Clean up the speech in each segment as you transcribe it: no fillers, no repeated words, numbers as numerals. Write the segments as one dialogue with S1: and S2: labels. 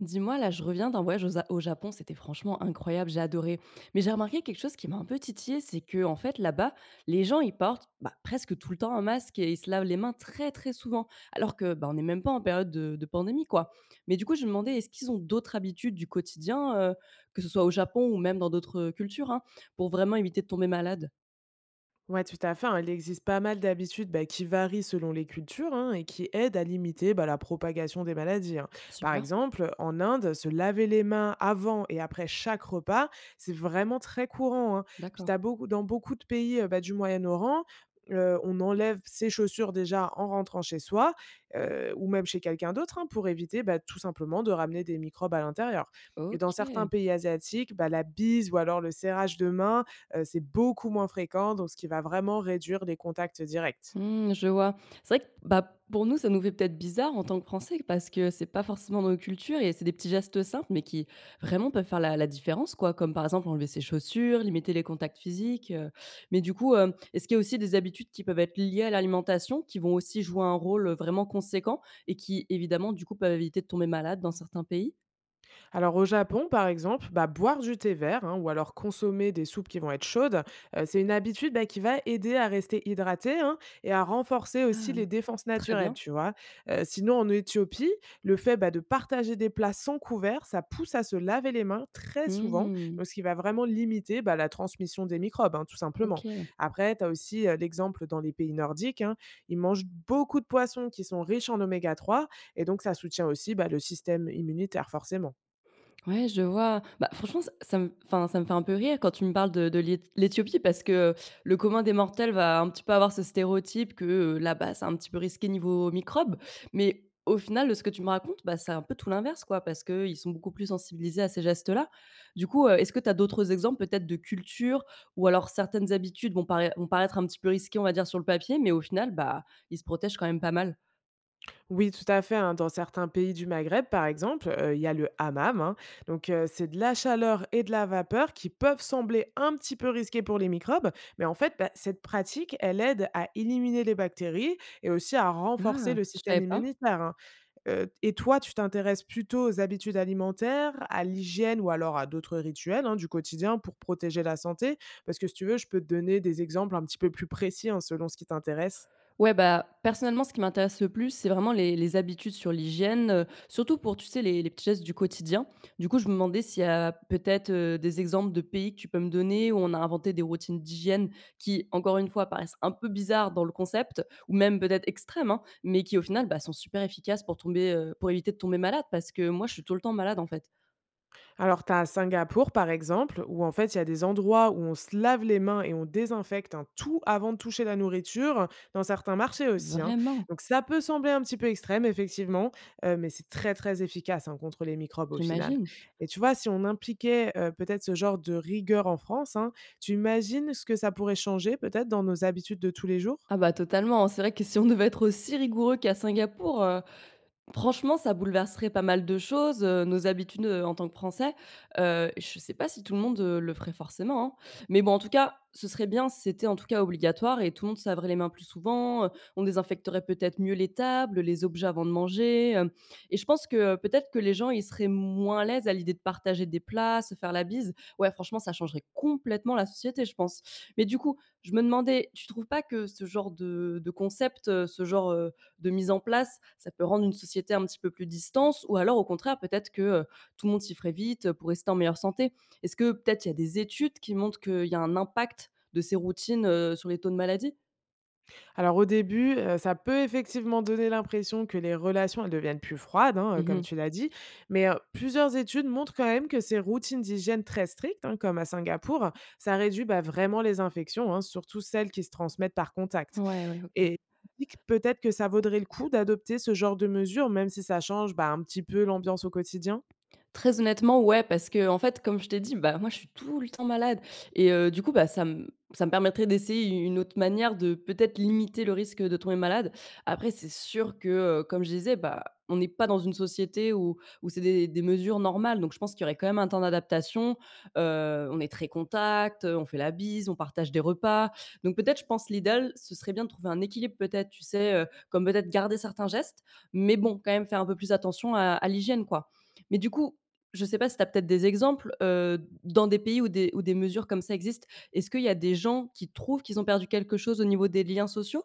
S1: Dis-moi, là, je reviens d'un voyage au, au Japon, c'était franchement incroyable, j'ai adoré. Mais j'ai remarqué quelque chose qui m'a un peu titillé, c'est que en fait, là-bas, les gens ils portent presque tout le temps un masque et ils se lavent les mains très très souvent, alors que on n'est même pas en période de pandémie, quoi. Mais du coup, je me demandais, est-ce qu'ils ont d'autres habitudes du quotidien, que ce soit au Japon ou même dans d'autres cultures, hein, pour vraiment éviter de tomber malade.
S2: Ouais, tout à fait, hein. Il existe pas mal d'habitudes bah, qui varient selon les cultures hein, et qui aident à limiter bah, la propagation des maladies, hein. Par
S1: Super,
S2: exemple, en Inde, se laver les mains avant et après chaque repas, c'est vraiment très courant, hein. Puis t'as
S1: d'accord.
S2: dans beaucoup de pays bah, du Moyen-Orient, on enlève ses chaussures déjà en rentrant chez soi ou même chez quelqu'un d'autre hein, pour éviter bah, tout simplement de ramener des microbes à l'intérieur. Et dans
S1: Ok.
S2: certains pays asiatiques, bah, la bise ou alors le serrage de main c'est beaucoup moins fréquent, donc ce qui va vraiment réduire les contacts directs.
S1: Mmh, je vois. C'est vrai que, bah, pour nous, ça nous fait peut-être bizarre en tant que Français parce que c'est pas forcément dans nos cultures et c'est des petits gestes simples, mais qui vraiment peuvent faire la différence, quoi. Comme par exemple enlever ses chaussures, limiter les contacts physiques. Mais du coup, est-ce qu'il y a aussi des habitudes qui peuvent être liées à l'alimentation, qui vont aussi jouer un rôle vraiment conséquent et qui, évidemment, du coup, peuvent éviter de tomber malade dans certains pays?
S2: Alors au Japon, par exemple, bah, boire du thé vert hein, ou alors consommer des soupes qui vont être chaudes, c'est une habitude bah, qui va aider à rester hydraté hein, et à renforcer aussi
S1: Ah,
S2: les défenses
S1: très
S2: naturelles,
S1: bien.
S2: tu vois. Sinon, en Éthiopie, le fait bah, de partager des plats sans couvert, ça pousse à se laver les mains très souvent,
S1: Mmh,
S2: donc ce qui va vraiment limiter bah, la transmission des microbes, hein, tout simplement.
S1: ok.
S2: Après, tu as aussi l'exemple dans les pays nordiques, hein, ils mangent beaucoup de poissons qui sont riches en oméga-3 et donc ça soutient aussi bah, le système immunitaire, forcément.
S1: Ouais, je vois. Bah, franchement, ça me enfin, ça me fait un peu rire quand tu me parles de l'Éthiopie parce que le commun des mortels va un petit peu avoir ce stéréotype que, là-bas, c'est un petit peu risqué niveau microbes. Mais au final, de ce que tu me racontes, bah, c'est un peu tout l'inverse, quoi, parce qu'ils sont beaucoup plus sensibilisés à ces gestes-là. Du coup, est-ce que tu as d'autres exemples peut-être de cultures ou alors certaines habitudes vont paraître un petit peu risquées, on va dire, sur le papier, mais au final, bah, ils se protègent quand même pas mal?
S2: Oui, tout à fait, hein. Dans certains pays du Maghreb, par exemple, il y a le hammam, hein. Donc, c'est de la chaleur et de la vapeur qui peuvent sembler un petit peu risquées pour les microbes, mais en fait, bah, cette pratique, elle aide à éliminer les bactéries et aussi à renforcer
S1: Ah,
S2: le
S1: je savais
S2: système
S1: pas.
S2: immunitaire, hein. Et toi, tu t'intéresses plutôt aux habitudes alimentaires, à l'hygiène ou alors à d'autres rituels, hein, du quotidien pour protéger la santé? Parce que si tu veux, je peux te donner des exemples un petit peu plus précis, hein, selon ce qui t'intéresse.
S1: Ouais, bah, personnellement, ce qui m'intéresse le plus, c'est vraiment les habitudes sur l'hygiène, surtout pour, tu sais, les petits gestes du quotidien. Du coup, je me demandais s'il y a peut-être, des exemples de pays que tu peux me donner où on a inventé des routines d'hygiène qui, encore une fois, paraissent un peu bizarres dans le concept ou même peut-être extrêmes, hein, mais qui, au final, bah, sont super efficaces pour pour éviter de tomber malade parce que moi, je suis tout le temps malade, en fait.
S2: Alors, tu as à Singapour, par exemple, où en fait, il y a des endroits où on se lave les mains et on désinfecte hein, tout avant de toucher la nourriture, dans certains marchés aussi, hein.
S1: Vraiment,
S2: Donc, ça peut sembler un petit peu extrême, effectivement, mais c'est très, très efficace hein, contre les microbes au final.
S1: j'imagine.
S2: Et tu vois, si on impliquait peut-être ce genre de rigueur en France, hein, tu imagines ce que ça pourrait changer peut-être dans nos habitudes de tous les jours.
S1: Ah bah, totalement, c'est vrai que si on devait être aussi rigoureux qu'à Singapour, franchement, ça bouleverserait pas mal de choses, nos habitudes, en tant que Français. Je sais pas si tout le monde, le ferait forcément, hein. Mais bon, en tout cas, ce serait bien si c'était en tout cas obligatoire et tout le monde se laverait les mains plus souvent, on désinfecterait peut-être mieux les tables, les objets avant de manger, hem et je pense que peut-être que les gens, ils seraient moins à l'aise à l'idée de partager des plats, se faire la bise. Ouais, franchement, ça changerait complètement la société, je pense. Mais du coup, je me demandais, tu trouves pas que ce genre de concept, ce genre de mise en place, ça peut rendre une société un petit peu plus distance, ou alors au contraire, peut-être que tout le monde s'y ferait vite pour rester en meilleure santé. Est-ce que peut-être il y a des études qui montrent qu'il y a un impact de ces routines sur les taux de maladie?
S2: Alors au début, ça peut effectivement donner l'impression que les relations, elles deviennent plus froides, hein, comme
S1: Mmh.
S2: tu l'as dit. Mais, plusieurs études montrent quand même que ces routines d'hygiène très strictes, hein, comme à Singapour, ça réduit, bah, vraiment les infections, hein, surtout celles qui se transmettent par contact.
S1: Ouais, ouais, OK.
S2: Et je me dis que peut-être que ça vaudrait le coup d'adopter ce genre de mesures, même si ça change, bah, un petit peu l'ambiance au quotidien?
S1: Très honnêtement, ouais, parce que en fait, comme je t'ai dit, bah, moi, je suis tout le temps malade et du coup, bah, ça me permettrait d'essayer une autre manière de peut-être limiter le risque de tomber malade. Après, c'est sûr que, comme je disais, bah, on n'est pas dans une société où c'est des mesures normales, donc je pense qu'il y aurait quand même un temps d'adaptation. On est très contact, on fait la bise, on partage des repas, donc peut-être, je pense, l'idéal, ce serait bien de trouver un équilibre peut-être, tu sais, comme peut-être garder certains gestes, mais bon, quand même faire un peu plus attention à l'hygiène, quoi. Mais du coup, je sais pas si tu as peut-être des exemples, dans des pays où des mesures comme ça existent. Est-ce qu'il y a des gens qui trouvent qu'ils ont perdu quelque chose au niveau des liens sociaux?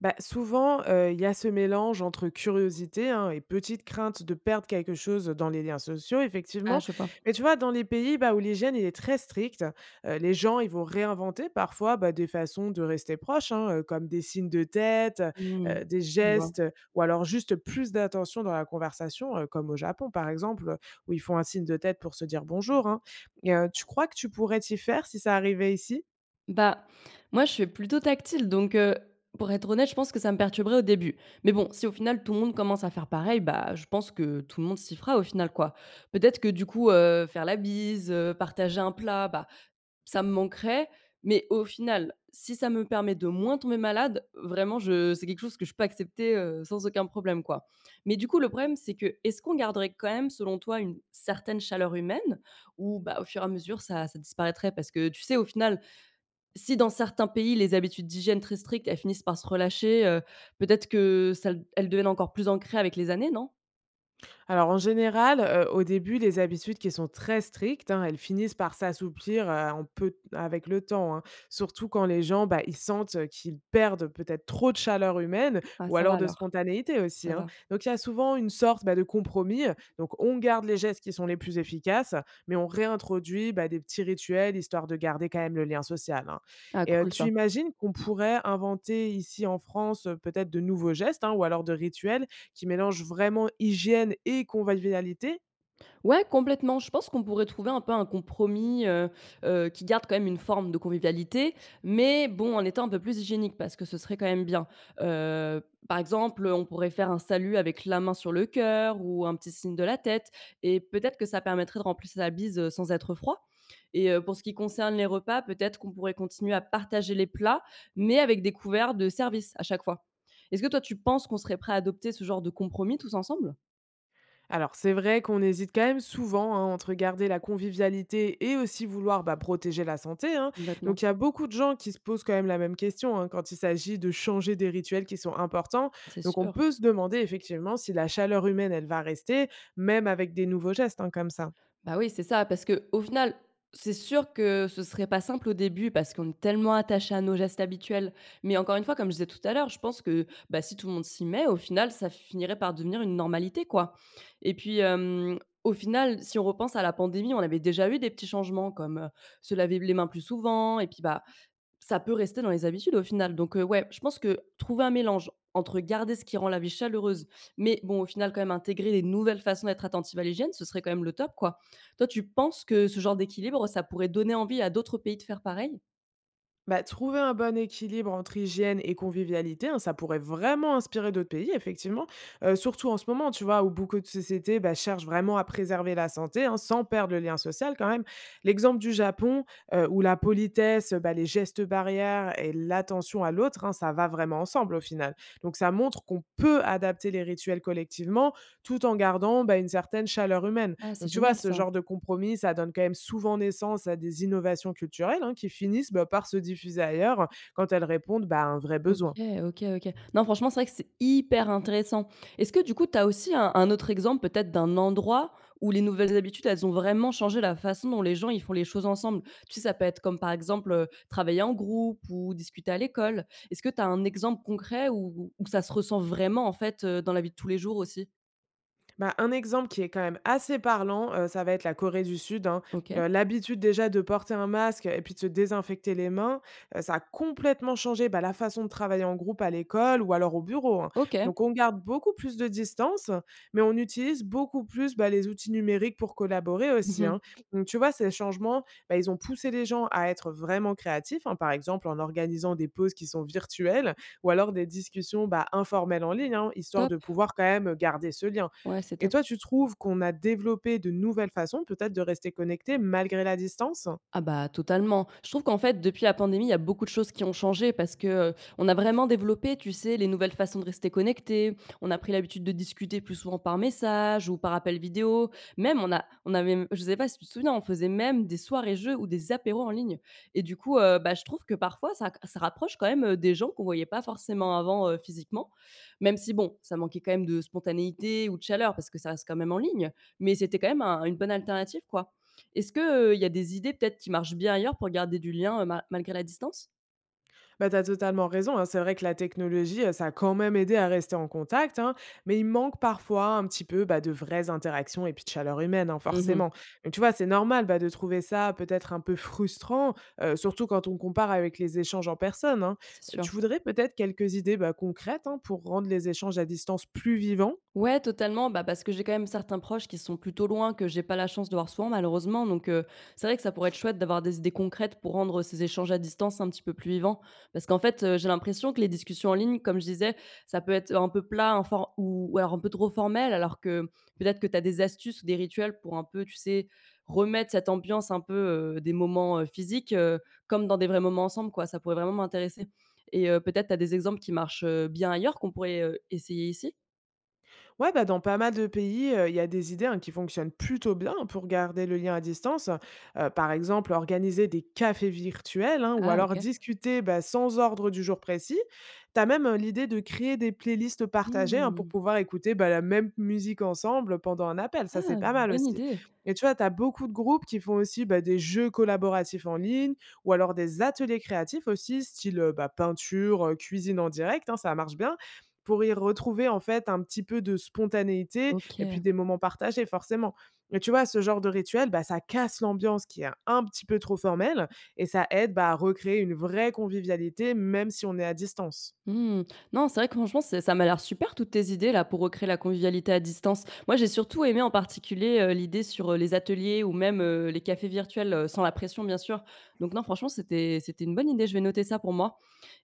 S2: Bah, souvent, il y a ce mélange entre curiosité, hein, et petite crainte de perdre quelque chose dans les liens sociaux,
S1: Ah
S2: effectivement.
S1: je vois.
S2: Mais tu vois, dans les pays, bah, où l'hygiène, il est très stricte, les gens, ils vont réinventer parfois, bah, des façons de rester proches, hein, comme des signes de tête,
S1: Mmh.
S2: des
S1: Je vois.
S2: gestes, ou alors juste plus d'attention dans la conversation, comme au Japon, par exemple, où ils font un signe de tête pour se dire bonjour, hein. Et tu crois que tu pourrais t'y faire si ça arrivait ici?
S1: Bah, moi je suis plutôt tactile donc pour être honnête, je pense que ça me perturberait au début. Mais bon, si au final tout le monde commence à faire pareil, bah, je pense que tout le monde s'y fera au final, quoi. Peut-être que du coup, faire la bise, partager un plat, bah, ça me manquerait, mais au final, si ça me permet de moins tomber malade, vraiment, je c'est quelque chose que je peux accepter, sans aucun problème, quoi. Mais du coup, le problème, c'est que est-ce qu'on garderait quand même, selon toi, une certaine chaleur humaine ou bah, au fur et à mesure, ça disparaîtrait? Parce que tu sais, au final, si dans certains pays, les habitudes d'hygiène très strictes, elles finissent par se relâcher, peut-être que ça elles deviennent encore plus ancrées avec les années, non?
S2: Alors en général, au début, les habitudes qui sont très strictes, hein, elles finissent par s'assouplir, en peu avec le temps, hein. Surtout quand les gens, bah, ils sentent, qu'ils perdent peut-être trop de chaleur humaine
S1: Ah
S2: ou
S1: ça va
S2: alors de
S1: alors,
S2: spontanéité aussi,
S1: ça
S2: hein.
S1: va.
S2: Donc il y a souvent une sorte, bah, de compromis, donc on garde les gestes qui sont les plus efficaces, mais on réintroduit, bah, des petits rituels histoire de garder quand même le lien social, hein.
S1: Ah
S2: Et
S1: cool
S2: tu
S1: ça.
S2: imagines qu'on pourrait inventer ici en France, peut-être de nouveaux gestes, hein, ou alors de rituels qui mélange vraiment hygiène et convivialité.
S1: Ouais, complètement. Je pense qu'on pourrait trouver un peu un compromis, qui garde quand même une forme de convivialité, mais bon, en étant un peu plus hygiénique parce que ce serait quand même bien. Heu, par exemple, on pourrait faire un salut avec la main sur le cœur ou un petit signe de la tête et peut-être que ça permettrait de remplir sa bise, sans être froid et pour ce qui concerne les repas, peut-être qu'on pourrait continuer à partager les plats, mais avec des couverts de service à chaque fois. Est-ce que toi, tu penses qu'on serait prêt à adopter ce genre de compromis tous ensemble?
S2: Alors c'est vrai qu'on hésite quand même souvent hein, entre garder la convivialité et aussi vouloir bah, protéger la santé, hein.
S1: Complètement,
S2: Donc il y a beaucoup de gens qui se posent quand même la même question hein, quand il s'agit de changer des rituels qui sont importants.
S1: c'est
S2: Donc on
S1: sûr.
S2: peut se demander effectivement si la chaleur humaine, elle va rester, même avec des nouveaux gestes hein, comme ça.
S1: Bah oui, c'est ça, parce que au final, c'est sûr que ce serait pas simple au début parce qu'on est tellement attaché à nos gestes habituels. Mais encore une fois, comme je disais tout à l'heure, je pense que bah, si tout le monde s'y met, au final, ça finirait par devenir une normalité, quoi. Et puis, au final, si on repense à la pandémie, on avait déjà eu des petits changements comme, se laver les mains plus souvent et puis, bah, ça peut rester dans les habitudes au final donc ouais, je pense que trouver un mélange entre garder ce qui rend la vie chaleureuse, mais bon, au final quand même intégrer des nouvelles façons d'être attentive à l'hygiène, ce serait quand même le top, quoi. Toi, tu penses que ce genre d'équilibre, ça pourrait donner envie à d'autres pays de faire pareil?
S2: Bah, trouver un bon équilibre entre hygiène et convivialité, hein, ça pourrait vraiment inspirer d'autres pays, effectivement. Surtout en ce moment, tu vois, où beaucoup de sociétés bah, cherchent vraiment à préserver la santé, hein, sans perdre le lien social quand même. L'exemple du Japon, où la politesse, bah, les gestes barrières et l'attention à l'autre, hein, ça va vraiment ensemble au final. Donc ça montre qu'on peut adapter les rituels collectivement tout en gardant bah, une certaine chaleur humaine.
S1: Ah, c'est
S2: Donc, tu vois,
S1: génial
S2: ce
S1: ça.
S2: genre de compromis, ça donne quand même souvent naissance à des innovations culturelles hein, qui finissent bah, par se diffuser ailleurs quand elles répondent bah, à un vrai besoin.
S1: OK, OK, OK. Non, franchement, c'est vrai que c'est hyper intéressant. Est-ce que du coup, tu as aussi un autre exemple peut-être d'un endroit où les nouvelles habitudes, elles ont vraiment changé la façon dont les gens, ils font les choses ensemble? Tu sais, ça peut être comme par exemple, travailler en groupe ou discuter à l'école. Est-ce que tu as un exemple concret où ça se ressent vraiment en fait, dans la vie de tous les jours aussi?
S2: Bah, un exemple qui est quand même assez parlant, ça va être la Corée du Sud, hein.
S1: OK.
S2: L'habitude déjà de porter un masque et puis de se désinfecter les mains, ça a complètement changé, bah, la façon de travailler en groupe à l'école ou alors au bureau, hein.
S1: OK.
S2: Donc on garde beaucoup plus de distance, mais on utilise beaucoup plus, bah, les outils numériques pour collaborer aussi, hein.
S1: Mmh.
S2: Donc tu vois, ces changements, bah, ils ont poussé les gens à être vraiment créatifs, hein, par exemple en organisant des pauses qui sont virtuelles ou alors des discussions, bah, informelles en ligne, hein, histoire de
S1: Top.
S2: pouvoir quand même garder ce lien.
S1: Ouais, c'est
S2: Et
S1: top.
S2: toi, tu trouves qu'on a développé de nouvelles façons peut-être de rester connecté malgré la distance?
S1: Ah bah, totalement. Je trouve qu'en fait, depuis la pandémie, il y a beaucoup de choses qui ont changé parce que, on a vraiment développé, tu sais, les nouvelles façons de rester connectés. On a pris l'habitude de discuter plus souvent par message ou par appel vidéo. Même on avait je sais pas si tu te souviens, on faisait même des soirées jeux ou des apéros en ligne et du coup, bah, je trouve que parfois ça rapproche quand même, des gens qu'on voyait pas forcément avant, physiquement. Même si bon, ça manquait quand même de spontanéité ou de chaleur parce que ça reste quand même en ligne, mais c'était quand même un une bonne alternative, quoi. Est-ce que, il y a des idées peut-être qui marchent bien ailleurs pour garder du lien, ma malgré la distance?
S2: Bah, tu as totalement raison, hein, c'est vrai que la technologie, ça a quand même aidé à rester en contact, hein, mais il manque parfois un petit peu, bah, de vraies interactions et puis de chaleur humaine, hein,
S1: Mmh.
S2: forcément. Donc tu vois, c'est normal, bah, de trouver ça peut-être un peu frustrant, surtout quand on compare avec les échanges en personne, hein.
S1: C'est sûr.
S2: Tu voudrais peut-être quelques idées, bah, concrètes, hein, pour rendre les échanges à distance plus vivants?
S1: Ouais, totalement. Bah, parce que j'ai quand même certains proches qui sont plutôt loin, que j'ai pas la chance de voir souvent, malheureusement. Donc, c'est vrai que ça pourrait être chouette d'avoir des idées concrètes pour rendre ces échanges à distance un petit peu plus vivants. Parce qu'en fait, j'ai l'impression que les discussions en ligne, comme je disais, ça peut être un peu plat, un for ou alors un peu trop formel, alors que peut-être que tu as des astuces ou des rituels pour un peu, tu sais, remettre cette ambiance un peu, des moments, physiques, comme dans des vrais moments ensemble, quoi. Ça pourrait vraiment m'intéresser et peut-être tu as des exemples qui marchent, bien ailleurs qu'on pourrait, essayer ici?
S2: Ouais, bah, dans pas mal de pays, il y a des idées, hein, qui fonctionnent plutôt bien pour garder le lien à distance. Par exemple, organiser des cafés virtuels, hein, ou
S1: Ah
S2: alors
S1: OK.
S2: discuter, bah, sans ordre du jour précis. Tu as même, l'idée de créer des playlists partagées, hein, pour
S1: Mmh.
S2: pouvoir écouter, bah, la même musique ensemble pendant un appel. Ça, c'est
S1: Ah,
S2: pas mal
S1: bonne
S2: aussi
S1: idée.
S2: et tu vois, tu as beaucoup de groupes qui font aussi, bah, des jeux collaboratifs en ligne ou alors des ateliers créatifs aussi, style, bah, peinture, cuisine en direct, hein, ça marche bien pour y retrouver en fait un petit peu de spontanéité et puis
S1: OK.
S2: des moments partagés forcément. Mais tu vois, ce genre de rituel, bah, ça casse l'ambiance qui est un petit peu trop formelle et ça aide bah, à recréer une vraie convivialité même si on est à distance.
S1: Mmh. Non, c'est vrai que franchement, c'est ça m'a l'air super toutes tes idées là pour recréer la convivialité à distance. Moi, j'ai surtout aimé en particulier, l'idée sur, les ateliers ou même, les cafés virtuels, sans la pression bien sûr. Donc non, franchement, c'était une bonne idée, je vais noter ça pour moi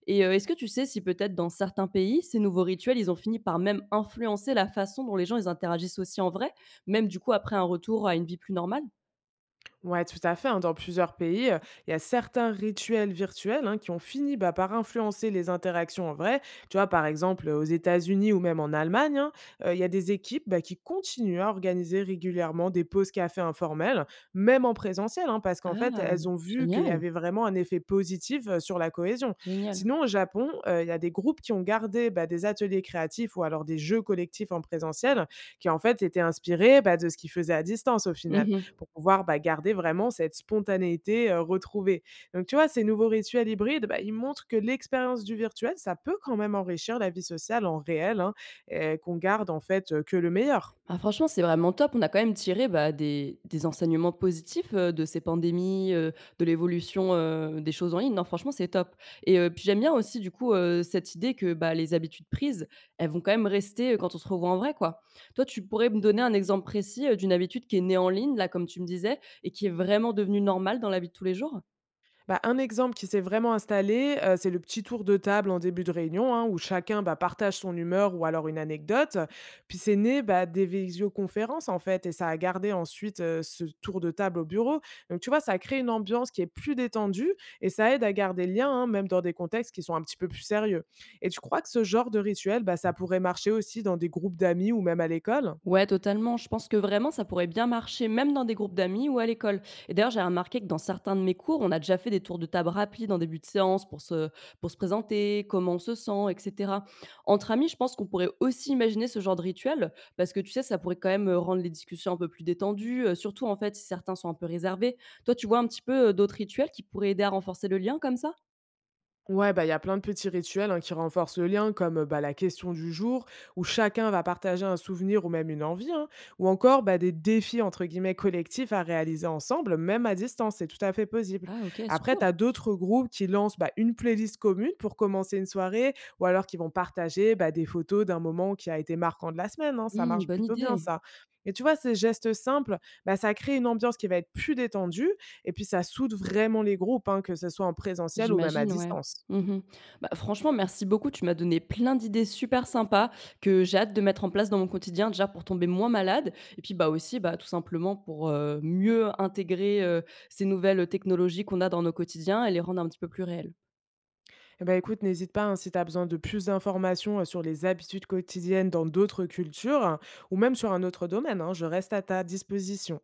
S1: et est-ce que tu sais si peut-être dans certains pays, ces nouveaux rituels, ils ont fini par même influencer la façon dont les gens ils interagissent aussi en vrai, même du coup après un retour à une vie plus normale?
S2: Ouais, tout à fait, hein. Dans plusieurs pays, il y a certains rituels virtuels hein, qui ont fini bah, par influencer les interactions en vrai. Tu vois, par exemple, aux États-Unis ou même en Allemagne, hein, il y a des équipes bah, qui continuent à organiser régulièrement des pauses café informelles, même en présentiel, hein, parce qu'en fait,
S1: Ah,
S2: elles ont vu qu'il y
S1: génial,
S2: avait vraiment un effet positif sur la cohésion.
S1: génial.
S2: Sinon, au Japon, il y a des groupes qui ont gardé bah, des ateliers créatifs ou alors des jeux collectifs en présentiel, qui en fait étaient inspirés bah, de ce qu'ils faisaient à distance au final
S1: Mmh.
S2: pour pouvoir, bah, garder vraiment cette spontanéité, retrouvée. Donc tu vois, ces nouveaux rituels hybrides, bah, ils montrent que l'expérience du virtuel, ça peut quand même enrichir la vie sociale en réel, hein, et qu'on garde en fait, que le meilleur.
S1: Ah franchement, c'est vraiment top. On a quand même tiré, bah, des enseignements positifs, de ces pandémies, de l'évolution, des choses en ligne. Non, franchement, c'est top et puis j'aime bien aussi du coup, cette idée que, bah, les habitudes prises, elles vont quand même rester, quand on se revoit en vrai, quoi. Toi, tu pourrais me donner un exemple précis, d'une habitude qui est née en ligne, là, comme tu me disais et qui est vraiment devenue normale dans la vie de tous les jours?
S2: Bah, un exemple qui s'est vraiment installé, c'est le petit tour de table en début de réunion, hein, où chacun, bah, partage son humeur ou alors une anecdote. Puis c'est né, bah, des visioconférences, en fait et ça a gardé ensuite, ce tour de table au bureau. Donc tu vois, ça crée une ambiance qui est plus détendue et ça aide à garder le lien, hein, même dans des contextes qui sont un petit peu plus sérieux. Et tu crois que ce genre de rituel, bah, ça pourrait marcher aussi dans des groupes d'amis ou même à l'école?
S1: Ouais, totalement. Je pense que vraiment, ça pourrait bien marcher, même dans des groupes d'amis ou à l'école. Et d'ailleurs, j'ai remarqué que dans certains de mes cours, on a déjà fait des tours de table rapides en début de séance pour se présenter, comment on se sent, etc. Entre amis, je pense qu'on pourrait aussi imaginer ce genre de rituel, parce que tu sais, ça pourrait quand même rendre les discussions un peu plus détendues, surtout en fait si certains sont un peu réservés. Toi, tu vois un petit peu d'autres rituels qui pourraient aider à renforcer le lien comme ça?
S2: Ouais, bah, il y a plein de petits rituels, hein, qui renforcent le lien, comme, bah, la question du jour, où chacun va partager un souvenir ou même une envie, hein, ou encore, bah, des «défis» entre guillemets collectifs à réaliser ensemble, même à distance, c'est tout à fait possible.
S1: Ah, ok,
S2: Après, tu
S1: super.
S2: as d'autres groupes qui lancent, bah, une playlist commune pour commencer une soirée ou alors qui vont partager, bah, des photos d'un moment qui a été marquant de la semaine, hein, ça
S1: Hmm,
S2: marche
S1: bonne
S2: plutôt bien
S1: idée.
S2: ça. Et tu vois, ces gestes simples, bah, ça crée une ambiance qui va être plus détendue et puis ça soude vraiment les groupes, hein, que ce soit en présentiel ou même à
S1: J'imagine, ouais.
S2: distance.
S1: Mmh. Bah, franchement, merci beaucoup. Tu m'as donné plein d'idées super sympas que j'ai hâte de mettre en place dans mon quotidien, déjà pour tomber moins malade et puis, bah, aussi, bah, tout simplement pour, mieux intégrer, ces nouvelles technologies qu'on a dans nos quotidiens et les rendre un petit peu plus réelles.
S2: Eh ben écoute, n'hésite pas hein, si tu as besoin de plus d'informations sur les habitudes quotidiennes dans d'autres cultures hein, ou même sur un autre domaine, hein, je reste à ta disposition.